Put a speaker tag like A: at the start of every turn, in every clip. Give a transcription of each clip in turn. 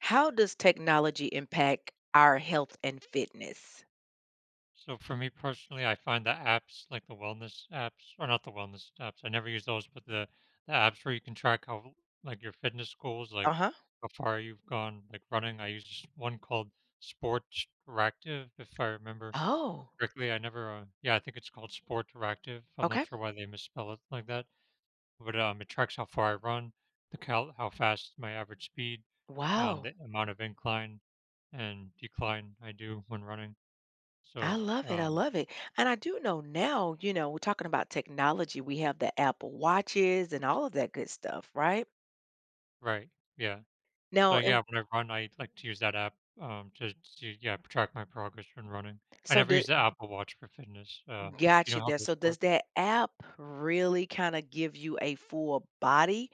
A: How does technology impact our health and fitness?
B: So for me personally, I find the apps like the wellness apps, or not the wellness apps. I never use those, but the apps where you can track how like your fitness goals, like
A: Uh-huh.
B: how far you've gone, like running. I use one called Sportactive, if I remember
A: Oh,
B: correctly. I never, yeah, I think it's called Sportactive. I'm not
A: okay.
B: sure why they misspell it like that, but it tracks how far I run, how fast my average speed,
A: Wow.
B: the amount of incline and decline I do when running.
A: I
B: So
A: love it. I
B: um,
A: love it. And I do know now, you know, we're talking about technology. We have the Apple Watches and all of that good stuff, right?
B: right. Yeah. So
A: Now, and
B: yeah, when I run, I like to use that app to yeah track my progress when running. I
A: so
B: never
A: the
B: use the Apple Watch for fitness. Do you
A: got
B: know
A: you
B: how
A: there.
B: those
A: So
B: work?
A: does that app really kind of give you a full body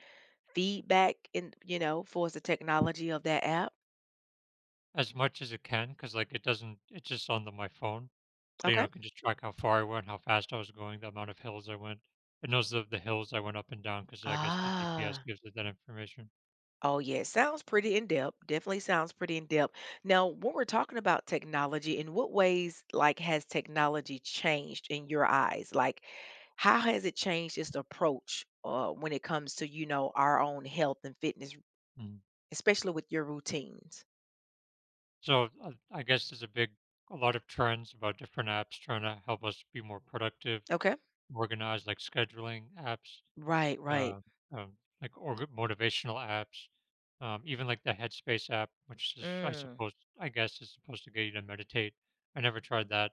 A: feedback in, you know, for the technology of that app?
B: As much as it can, because like it doesn't. It's just on my phone, so you know I
A: Okay.
B: can just track how far I went, how fast I was going, the amount of hills I went. It knows the hills I went up and down because I guess the GPS
A: Ah.
B: gives it that information.
A: Oh, yeah. Sounds pretty in depth. Definitely sounds pretty in depth. Now, when we're talking about technology, in what ways, like, has technology changed in your eyes? Like, how has it changed its approach when it comes to, you know, our own health and fitness,
B: Mm.
A: especially with your routines?
B: So I guess there's a lot of trends about different apps trying to help us be more productive,
A: Okay.
B: organized, like scheduling apps
A: Right, right.
B: uh, um, like or motivational apps, even like the Headspace app, which is I
A: Mm,
B: suppose I guess is supposed to get you to meditate. I never tried that,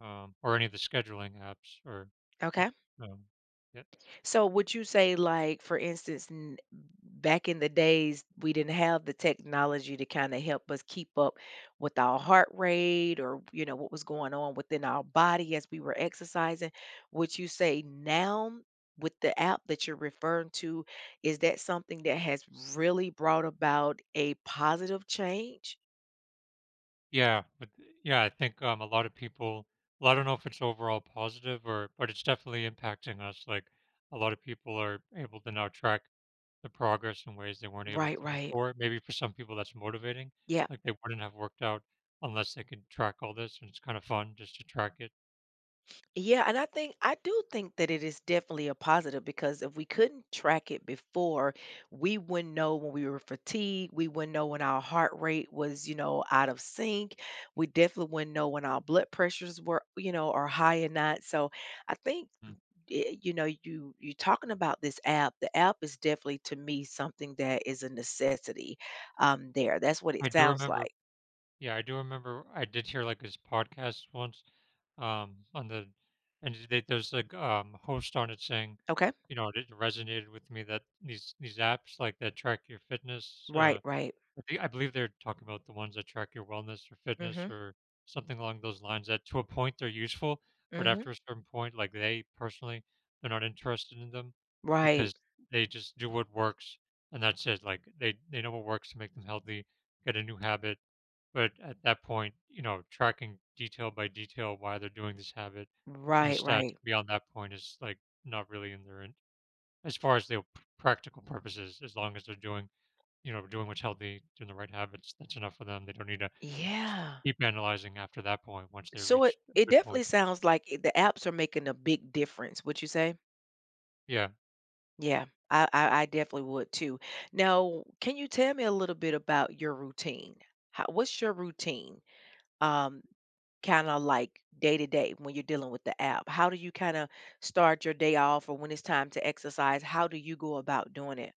B: or any of the scheduling apps, or
A: okay.
B: um, yeah.
A: So would you say like for instance back in the days we didn't have the technology to kind of help us keep up with our heart rate or you know what was going on within our body as we were exercising, would you say now with the app that you're referring to is that something that has really brought about a positive change?
B: Yeah, I think a lot of people. Well, I don't know if it's overall positive or, but it's definitely impacting us. Like a lot of people are able to now track the progress in ways they weren't able
A: Right,
B: to
A: right.
B: before. Maybe for some people that's motivating.
A: Yeah.
B: Like they wouldn't have worked out unless they could track all this, and it's kind of fun just to track it.
A: Yeah, and I think I do think that it is definitely a positive because if we couldn't track it before, we wouldn't know when we were fatigued, we wouldn't know when our heart rate was, you know, out of sync. We definitely wouldn't know when our blood pressures were, you know, are high or not. So I think
B: Mm.
A: it, you know, you talking about this app. The app is definitely to me something that is a necessity. There. That's what
B: I
A: it
B: do
A: sounds
B: remember.
A: like.
B: Yeah, I do remember. I did hear like this podcast once on the and there's a host on it saying,
A: Okay.
B: you know, it resonated with me that these apps like that track your fitness.
A: Right, right.
B: I believe they're talking about the ones that track your wellness or fitness
A: Mm-hmm.
B: or something along those lines. That to a point they're useful, but
A: Mm-hmm.
B: after a certain point, like they personally, they're not interested in them
A: Right.
B: because they just do what works and that's it. Like they know what works to make them healthy, get a new habit. But at that point, you know, tracking detail by detail why they're doing this habit and the
A: Right,
B: stats
A: right.
B: beyond that point is like not really as far as their practical purposes. As long as they're doing, you know, doing what's healthy, doing the right habits, that's enough for them. They don't need to
A: Yeah.
B: keep analyzing after that point once they
A: So it
B: reach a good point.
A: definitely sounds like the apps are making a big difference, would you say?
B: Yeah.
A: Yeah. I definitely would too. Now, can you tell me a little bit about your routine? How, what's your routine? Um, Kind of like day to day when you're dealing with the app. How do you kind of start your day off, or when it's time to exercise? How do you go about doing it?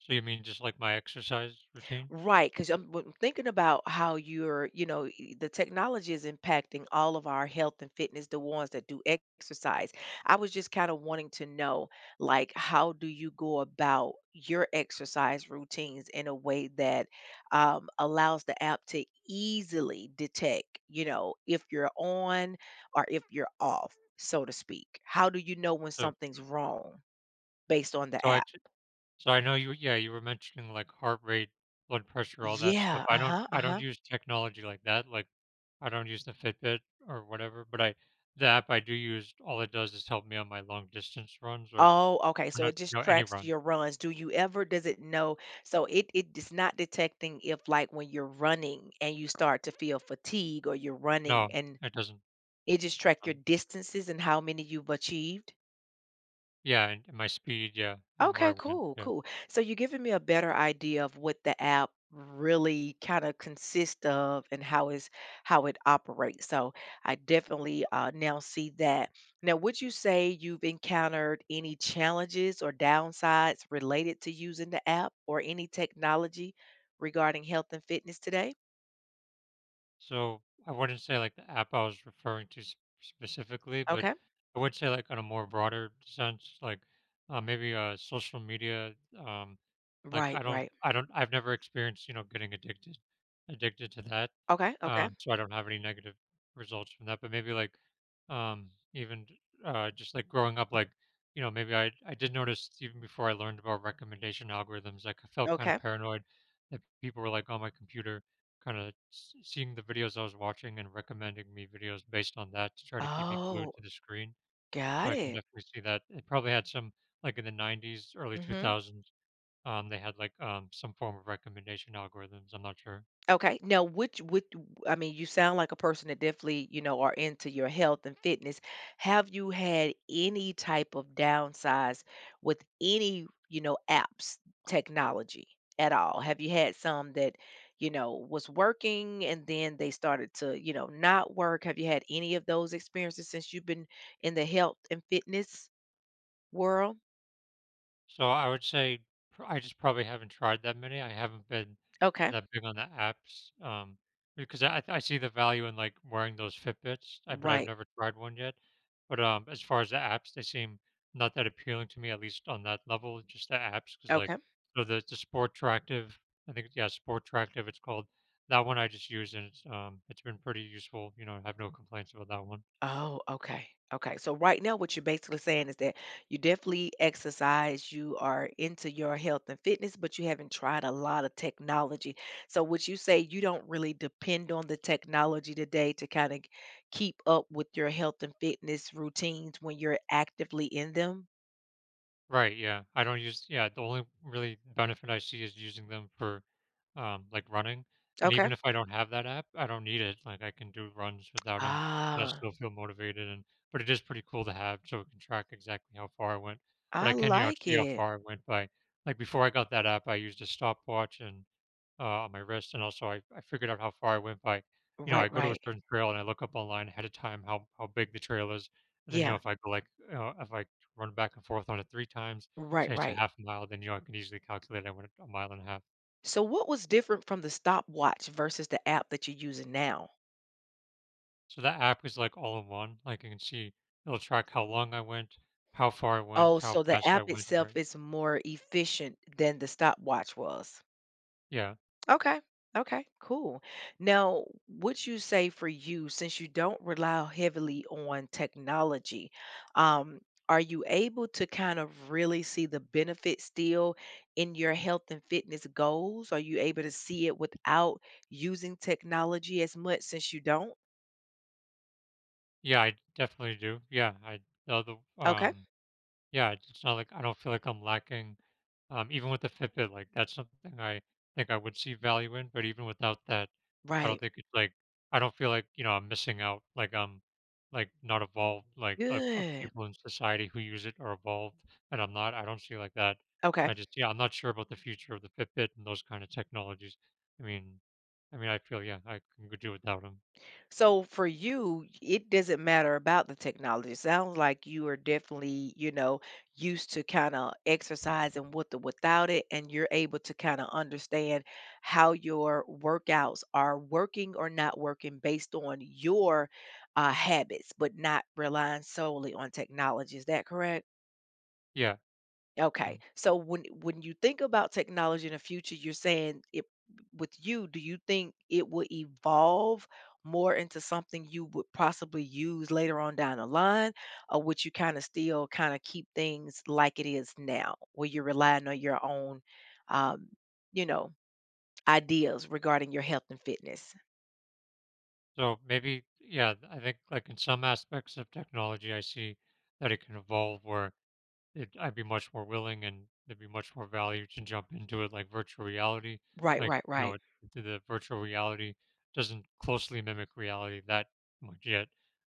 B: So you mean just like my exercise routine?
A: Right, because I'm when I'm thinking about how you're, you know, the technology is impacting all of our health and fitness, the ones that do exercise. I was just kind of wanting to know, like, how do you go about your exercise routines in a way that allows the app to easily detect, you know, if you're on or if you're off, so to speak? How do you know when
B: So
A: something's wrong based on the
B: so I
A: app?
B: So I know you yeah, you were mentioning like heart rate, blood pressure, all that stuff.
A: Yeah,
B: I don't
A: uh-huh,
B: I don't
A: uh-huh.
B: use technology like that. Like I don't use the Fitbit or whatever, but I the app I do use, all it does is help me on my long distance runs
A: Oh, okay.
B: or
A: So
B: not
A: it just
B: no any
A: tracks
B: run.
A: your runs. Do you ever does it know? So it is not detecting if like when you're running and you start to feel fatigue or you're running
B: No,
A: and
B: it doesn't.
A: it just track
B: uh,
A: your distances and how many you've achieved?
B: yeah, and my speed, yeah, and where I
A: Okay,
B: went.
A: cool,
B: Yeah.
A: cool. So you're giving me a better idea of what the app really kind of consists of and how it operates. So I definitely now see that. Now, would you say you've encountered any challenges or downsides related to using the app or any technology regarding health and fitness today?
B: So I wouldn't say like the app I was referring to specifically, but
A: Okay.
B: I would say like on a more broader sense, like maybe social media. Like,
A: Right, right.
B: I've never experienced, you know, getting addicted to that,
A: Okay, okay,
B: so I don't have any negative results from that, but maybe, like, um, even, just, like, growing up, like, you know, maybe I did notice even before I learned about recommendation algorithms, like, I felt kinda
A: okay.
B: paranoid that people were, like, on my computer kinda seeing the videos I was watching and recommending me videos based on that to try to keep me glued
A: Oh,
B: to the screen, so
A: got
B: I can
A: it.
B: definitely see that. It probably had some like, in the 90s, early 2000s they had like some form of recommendation algorithms. I'm not sure.
A: Okay. Now, which would I mean, you sound like a person that definitely, you know, are into your health and fitness. Have you had any type of downsides with any, you know, apps, technology at all? Have you had some that, you know, was working and then they started to, you know, not work? Have you had any of those experiences since you've been in the health and fitness world?
B: So I would say I just probably haven't tried that many. I haven't been
A: Okay.
B: that big on the apps because I see the value in like wearing those Fitbits, but I've
A: Right.
B: never tried one yet. But as far as the apps, they seem not that appealing to me, at least on that level. Just the apps, because like
A: Okay.
B: so the Sport Tractive, I think yeah, Sport Tractive, it's called. That one I just use and it's been pretty useful. You know, I have no complaints about that one.
A: Oh, okay. Okay. So right now what you're basically saying is that you definitely exercise, you are into your health and fitness, but you haven't tried a lot of technology. So would you say you don't really depend on the technology today to kind of keep up with your health and fitness routines when you're actively in them?
B: Right, yeah. I don't use yeah, the only really benefit I see is using them for like running. And
A: Okay.
B: even if I don't have that app, I don't need it. Like I can do runs without them and I
A: Ah,
B: still feel motivated and but it is pretty cool to have so it can track exactly how far I went. But I
A: I
B: can you know
A: like
B: see how
A: it.
B: far I went by like before I got that app I used a stopwatch and on my wrist and also I figured out how far I went by you know,
A: Right,
B: I go to a
A: right.
B: certain trail and I look up online ahead of time how big the trail is. And then you know
A: Yeah.
B: if I go like you know, if I run back and forth on it three times.
A: Right,
B: Say it's a
A: right.
B: half mile, then you know I can easily calculate I went a mile and a half.
A: So what was different from the stopwatch versus the app that you're using now?
B: So that app is like all in one. Like I can see it'll track how long I went, how far I went,
A: Oh,
B: how
A: so the
B: fast I
A: app
B: went.
A: itself is more efficient than the stopwatch was.
B: Yeah,
A: Okay. Okay, cool. Now, would you say for you, since you don't rely heavily on technology, um, are you able to kind of really see the benefit still in your health and fitness goals? Are you able to see it without using technology as much since you don't?
B: yeah, I definitely do. Yeah, I the other
A: Okay.
B: um Yeah, it's not like I don't feel like I'm lacking, even with the Fitbit, like that's something I think I would see value in, but even without that, I don't
A: Right.
B: think it's like I don't feel like, you know, I'm missing out, like I'm like not evolved, like other
A: Good.
B: people in society who use it are evolved and I'm not. I don't see like that.
A: Okay.
B: I just yeah, I'm not sure about the future of the Fitbit and those kind of technologies. I mean I mean I feel yeah, I can do without them.
A: So for you, it doesn't matter about the technology. It sounds like you are definitely, you know, used to kind of exercising with or without it, and you're able to kind of understand how your workouts are working or not working based on your habits, but not relying solely on technology. Is that correct?
B: Yeah.
A: Okay. So when you think about technology in the future, you're saying it with you, do you think it will evolve more into something you would possibly use later on down the line, or would you kind of still kind of keep things like it is now, where you're relying on your own, um, you know, ideas regarding your health and fitness?
B: So maybe, yeah, I think like in some aspects of technology, I see that it can evolve where I'd be much more willing and there'd be much more value to jump into it, like virtual reality.
A: Right,
B: Like,
A: right,
B: you know,
A: right.
B: the virtual reality doesn't closely mimic reality that much yet.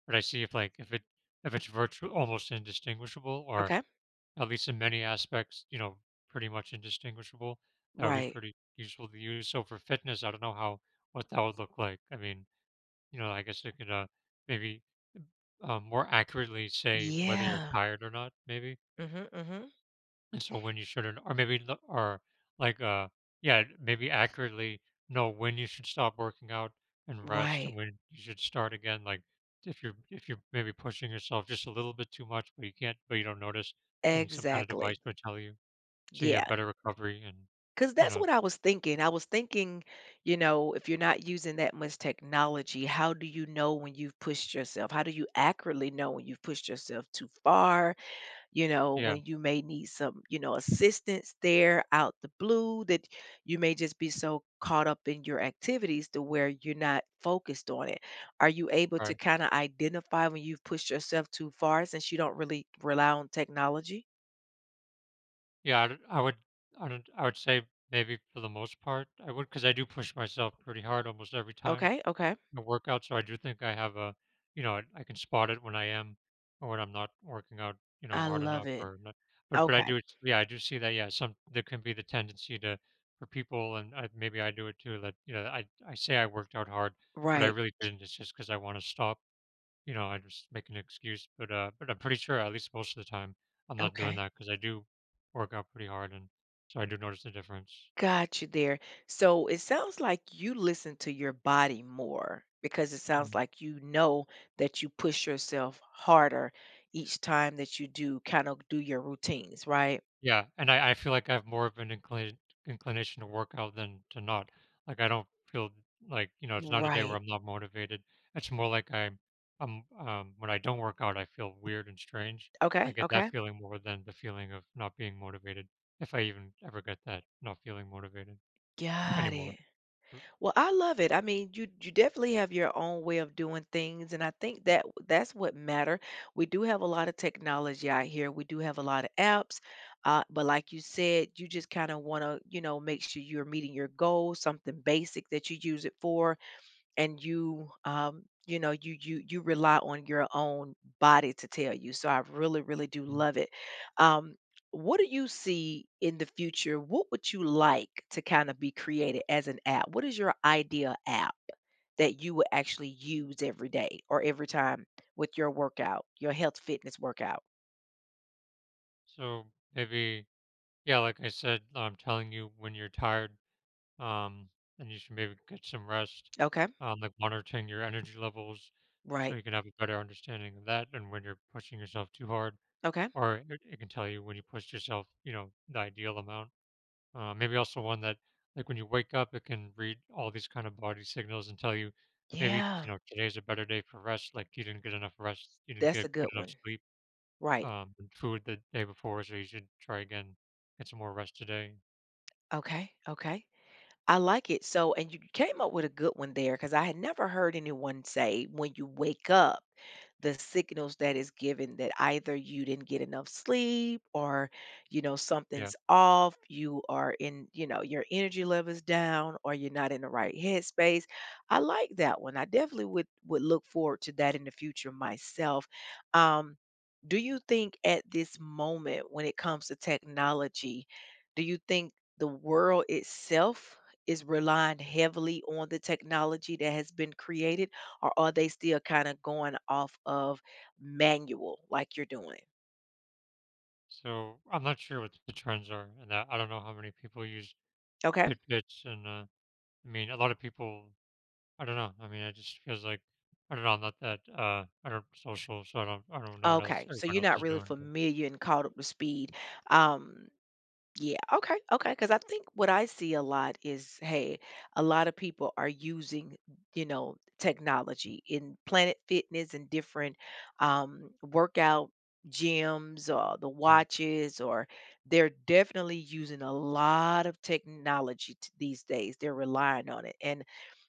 B: But I see if like if it if it's virtual almost indistinguishable or
A: Okay.
B: at least in many aspects, you know, pretty much indistinguishable, that would be
A: Right.
B: pretty useful to use. So for fitness, I don't know how what that would look like. I mean, you know, I guess it could maybe more accurately say whether you're
A: Yeah.
B: tired or not, maybe.
A: Hmm. Mm-hmm.
B: And so when you shouldn't, or maybe, like, uh, yeah, maybe accurately know when you should stop working out and rest, and
A: Right.
B: when you should start again. Like if you're maybe pushing yourself just a little bit too much, but you can't, but you don't notice, and some kind of
A: Exactly.
B: device would tell you, so you
A: Yeah.
B: have better recovery and
A: Because
B: you
A: that's
B: know,
A: what I was thinking. I was thinking, you know, if you're not using that much technology, how do you know when you've pushed yourself? How do you accurately know when you've pushed yourself too far? You know,
B: yeah,
A: when you may need some, you know, assistance there out the blue, that you may just be so caught up in your activities to where you're not focused on it. Are you able to
B: right.
A: kind of identify when you've pushed yourself too far since you don't really rely on technology?
B: Yeah, I would say maybe for the most part I would because I do push myself pretty hard almost every time
A: Okay, okay.
B: I work out. So I do think I have a, you know, I can spot it when I am or when I'm not working out, you know,
A: I
B: hard
A: love
B: enough
A: it.
B: or not. But I
A: Okay,
B: do, yeah, I do see that. Yeah, some there can be the tendency to for people, and I, maybe I do it too. That you know, I say I worked out hard, but I
A: right.
B: really didn't. It's just because I want to stop you know, I just make an excuse, but I'm pretty sure at least most of the time I'm not doing
A: Okay.
B: that because I do work out pretty hard, and so I do notice the difference.
A: Got you there. So it sounds like you listen to your body more because it sounds
B: Mhm.
A: like you know that you push yourself harder each time that you do kind of do your routines, right?
B: Yeah, and I feel like I have more of an inclination to work out than to not. Like I don't feel like you know it's not a day where
A: Right.
B: I'm not motivated. It's more like I'm when I don't work out I feel weird and strange. I
A: Okay.
B: get that
A: Okay.
B: feeling more than the feeling of not being motivated. If I even ever get that, not feeling motivated
A: Got
B: anymore.
A: it. Well, I love it. I mean, you definitely have your own way of doing things, and I think that that's what matter. We do have a lot of technology out here. We do have a lot of apps, but like you said, you just kind of want to, you know, make sure you're meeting your goals, something basic that you use it for, and you know you rely on your own body to tell you. So I really really do
B: Mm.
A: love it. um what do you see in the future? What would you like to kind of be created as an app? What is your ideal app that you would actually use every day or every time with your workout, your health fitness workout?
B: So maybe yeah, like I said, I'm telling you when you're tired, um, and you should maybe get some rest,
A: Okay.
B: like monitoring your energy levels so
A: Right.
B: you can have a better understanding of that and when you're pushing yourself too hard,
A: Okay.
B: or it can tell you when you push yourself, you know, the ideal amount. Maybe also one that, like when you wake up, it can read all these kind of body signals and tell you maybe,
A: Yeah.
B: you know, today's a better day for rest, like you didn't get enough rest, you didn't
A: That's
B: get
A: a
B: good
A: good
B: enough
A: one.
B: sleep,
A: Right.
B: and food the day before, so you should try again, get some more rest today.
A: Okay. Okay. I like it. So, and you came up with a good one there because I had never heard anyone say when you wake up, the signals that is given that either you didn't get enough sleep or, you know,
B: Yeah.
A: something's off, you are in, you know, your energy level is down or you're not in the right headspace. I like that one. I definitely would look forward to that in the future myself. Um, do you think at this moment when it comes to technology, do you think the world itself is relying heavily on the technology that has been created, or are they still kind of going off of manual like you're doing?
B: So I'm not sure what the trends are in that. I don't know how many people use
A: Okay.
B: Fitbits, and I mean, a lot of people. I don't know. I mean, it just feels like I don't know. I'm not that. I don't social, so I don't. I don't know what else
A: Okay. So
B: everyone
A: you're
B: else
A: not
B: is
A: really
B: doing.
A: familiar and caught up to speed. Um, Yeah, okay, okay. Because I think what I see a lot is, hey, a lot of people are using, you know, technology in Planet Fitness and different workout gyms or the
B: Mm.
A: watches, or they're definitely using a lot of technology these days. They're relying on it. And,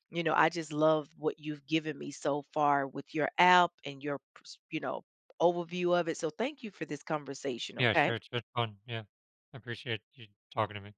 A: you know, I just love what you've given me so far with your app and your, you know, overview of it. So thank you for this conversation,
B: Yeah,
A: okay?
B: sure. It's been fun. Yeah, I appreciate you talking to me.